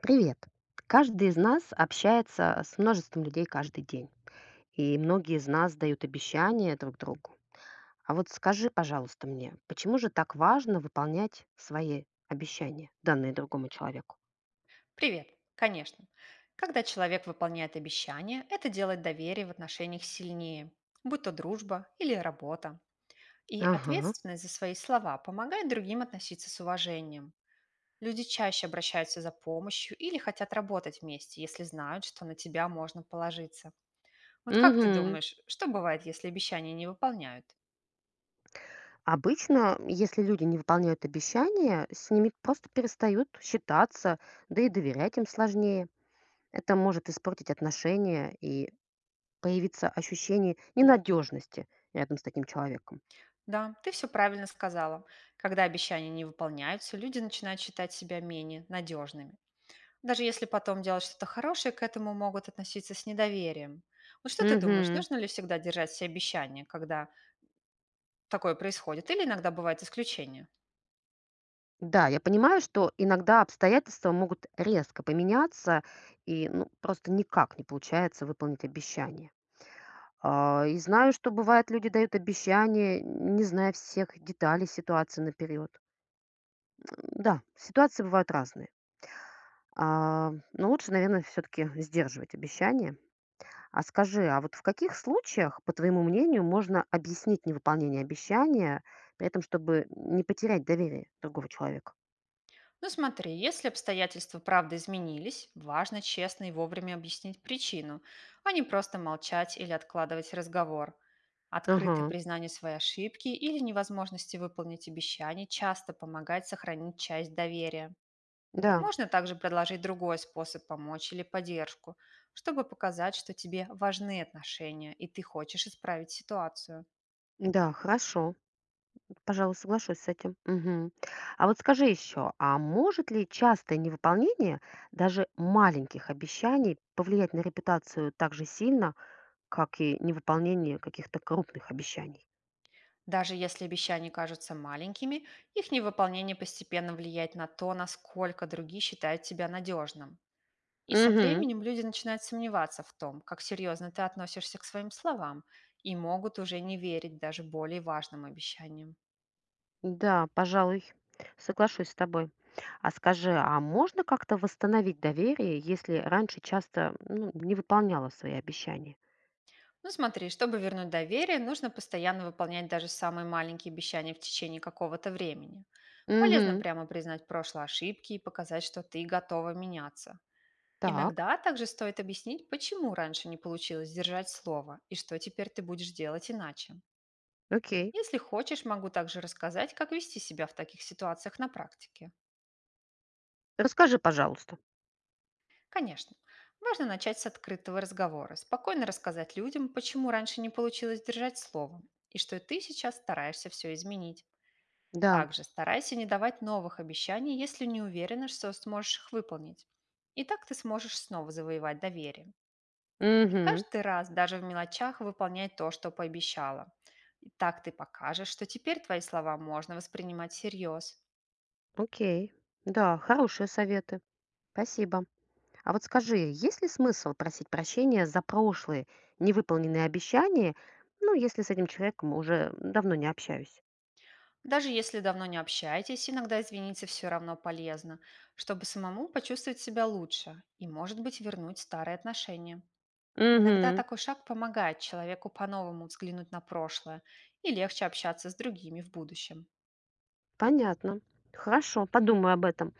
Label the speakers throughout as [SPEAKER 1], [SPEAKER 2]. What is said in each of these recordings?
[SPEAKER 1] Привет. Каждый из нас общается с множеством людей каждый день, и многие из нас дают обещания друг другу. А вот скажи, пожалуйста, мне, почему же так важно выполнять свои обещания, данные другому человеку?
[SPEAKER 2] Привет, конечно. Когда человек выполняет обещания, это делает доверие в отношениях сильнее, будь то дружба или работа. И
[SPEAKER 1] Ага.
[SPEAKER 2] ответственность за свои слова помогает другим относиться с уважением. Люди чаще обращаются за помощью или хотят работать вместе, если знают, что на тебя можно положиться. Вот как ты
[SPEAKER 1] Мгм.
[SPEAKER 2] думаешь, что бывает, если обещания не выполняют?
[SPEAKER 1] Обычно, если люди не выполняют обещания, с ними просто перестают считаться, да и доверять им сложнее. Это может испортить отношения и появиться ощущение ненадежности рядом с таким человеком.
[SPEAKER 2] Да, ты все правильно сказала. Когда обещания не выполняются, люди начинают считать себя менее надежными. Даже если потом делать что-то хорошее, к этому могут относиться с недоверием. Вот что ты думаешь,
[SPEAKER 1] Мгм.
[SPEAKER 2] нужно ли всегда держать все обещания, когда такое происходит, или иногда бывают исключения?
[SPEAKER 1] Да, я понимаю, что иногда обстоятельства могут резко поменяться, и ну, просто никак не получается выполнить обещание. А, и знаю, что бывает, люди дают обещания, не зная всех деталей ситуации наперед. Да, ситуации бывают разные. А, но лучше, наверное, все-таки сдерживать обещания. А скажи, а вот в каких случаях, по твоему мнению, можно объяснить невыполнение обещания, при этом, чтобы не потерять доверие другого человека?
[SPEAKER 2] Ну смотри, если обстоятельства правда изменились, важно честно и вовремя объяснить причину, а не просто молчать или откладывать разговор.
[SPEAKER 1] Ага,
[SPEAKER 2] Открытое признание своей ошибки или невозможности выполнить обещание часто помогает сохранить часть доверия.
[SPEAKER 1] да,
[SPEAKER 2] Можно также предложить другой способ помочь или поддержку, чтобы показать, что тебе важны отношения и ты хочешь исправить ситуацию.
[SPEAKER 1] да, хорошо. Пожалуй, соглашусь с этим. Мгм. А вот скажи еще, а может ли частое невыполнение даже маленьких обещаний повлиять на репутацию так же сильно, как и невыполнение каких-то крупных обещаний?
[SPEAKER 2] Даже если обещания кажутся маленькими, их невыполнение постепенно влияет на то, насколько другие считают тебя надежным. И со
[SPEAKER 1] Угу.
[SPEAKER 2] временем люди начинают сомневаться в том, как серьезно ты относишься к своим словам, и могут уже не верить даже более важным обещаниям.
[SPEAKER 1] Да, пожалуй, соглашусь с тобой. А скажи, а можно как-то восстановить доверие, если раньше часто ну, не выполняла свои обещания?
[SPEAKER 2] Ну смотри, чтобы вернуть доверие, нужно постоянно выполнять даже самые маленькие обещания в течение какого-то времени. Полезно
[SPEAKER 1] Угу.
[SPEAKER 2] прямо признать прошлые ошибки и показать, что ты готова меняться.
[SPEAKER 1] Так,
[SPEAKER 2] Иногда также стоит объяснить, почему раньше не получилось держать слово и что теперь ты будешь делать иначе.
[SPEAKER 1] окей.
[SPEAKER 2] Если хочешь, могу также рассказать, как вести себя в таких ситуациях на практике.
[SPEAKER 1] Расскажи, пожалуйста.
[SPEAKER 2] Конечно, важно начать с открытого разговора, спокойно рассказать людям, почему раньше не получилось держать слово и что ты сейчас стараешься все изменить.
[SPEAKER 1] Да.
[SPEAKER 2] Также старайся не давать новых обещаний, если не уверена, что сможешь их выполнить. И так ты сможешь снова завоевать доверие. И
[SPEAKER 1] Угу.
[SPEAKER 2] каждый раз, даже в мелочах, выполняй то, что пообещала. И так ты покажешь, что теперь твои слова можно воспринимать всерьез.
[SPEAKER 1] Окей. Да, хорошие советы. Спасибо. А вот скажи, есть ли смысл просить прощения за прошлые невыполненные обещания, ну, если с этим человеком уже давно не общаюсь?
[SPEAKER 2] Даже если давно не общаетесь, иногда извиниться все равно полезно, чтобы самому почувствовать себя лучше и, может быть, вернуть старые отношения. Иногда
[SPEAKER 1] Угу,
[SPEAKER 2] такой шаг помогает человеку по-новому взглянуть на прошлое и легче общаться с другими в будущем.
[SPEAKER 1] понятно. Хорошо, подумаю об этом.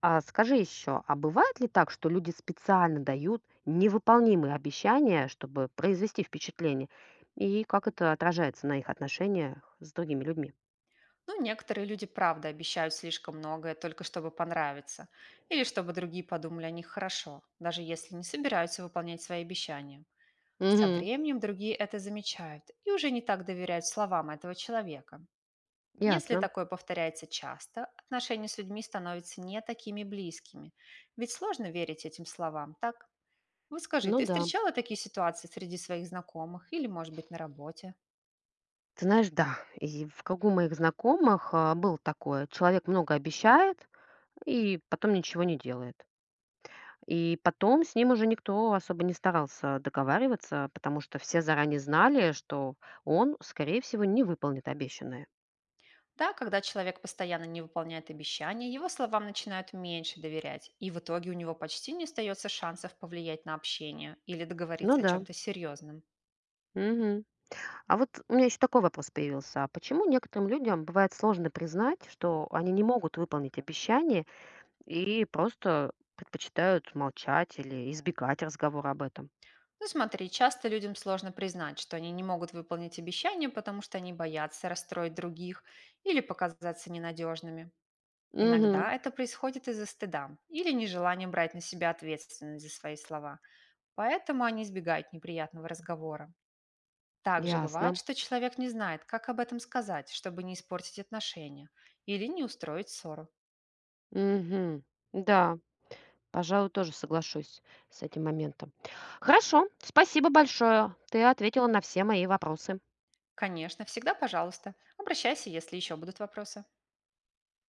[SPEAKER 1] А скажи еще, а бывает ли так, что люди специально дают невыполнимые обещания, чтобы произвести впечатление? И как это отражается на их отношениях с другими людьми?
[SPEAKER 2] Но некоторые люди правда обещают слишком многое только чтобы понравиться или чтобы другие подумали о них хорошо, даже если не собираются выполнять свои обещания. Со
[SPEAKER 1] Угу,
[SPEAKER 2] временем другие это замечают и уже не так доверяют словам этого человека. Если
[SPEAKER 1] ясно.
[SPEAKER 2] такое повторяется часто, отношения с людьми становятся не такими близкими, ведь сложно верить этим словам, так? Вот скажи,
[SPEAKER 1] Ну
[SPEAKER 2] ты
[SPEAKER 1] да.
[SPEAKER 2] встречала такие ситуации среди своих знакомых или, может быть, на работе?
[SPEAKER 1] Ты знаешь, да, и в кругу моих знакомых, а, было такое. Человек много обещает и потом ничего не делает. И потом с ним уже никто особо не старался договариваться, потому что все заранее знали, что он, скорее всего, не выполнит обещанное.
[SPEAKER 2] Да, когда человек постоянно не выполняет обещания, его словам начинают меньше доверять, и в итоге у него почти не остается шансов повлиять на общение или
[SPEAKER 1] Ну
[SPEAKER 2] договориться о
[SPEAKER 1] да.
[SPEAKER 2] чем-то серьезном.
[SPEAKER 1] Мгм. А вот у меня еще такой вопрос появился. А почему некоторым людям бывает сложно признать, что они не могут выполнить обещание и просто предпочитают молчать или избегать разговора об этом?
[SPEAKER 2] Ну смотри, часто людям сложно признать, что они не могут выполнить обещания, потому что они боятся расстроить других или показаться ненадежными.
[SPEAKER 1] Угу,
[SPEAKER 2] Иногда это происходит из-за стыда или нежелания брать на себя ответственность за свои слова. Поэтому они избегают неприятного разговора. Также бывает,
[SPEAKER 1] ясно.
[SPEAKER 2] что человек не знает, как об этом сказать, чтобы не испортить отношения или не устроить ссору.
[SPEAKER 1] Мгм. Да, пожалуй, тоже соглашусь с этим моментом. Хорошо, спасибо большое. Ты ответила на все мои вопросы.
[SPEAKER 2] Конечно, всегда пожалуйста. Обращайся, если еще будут вопросы.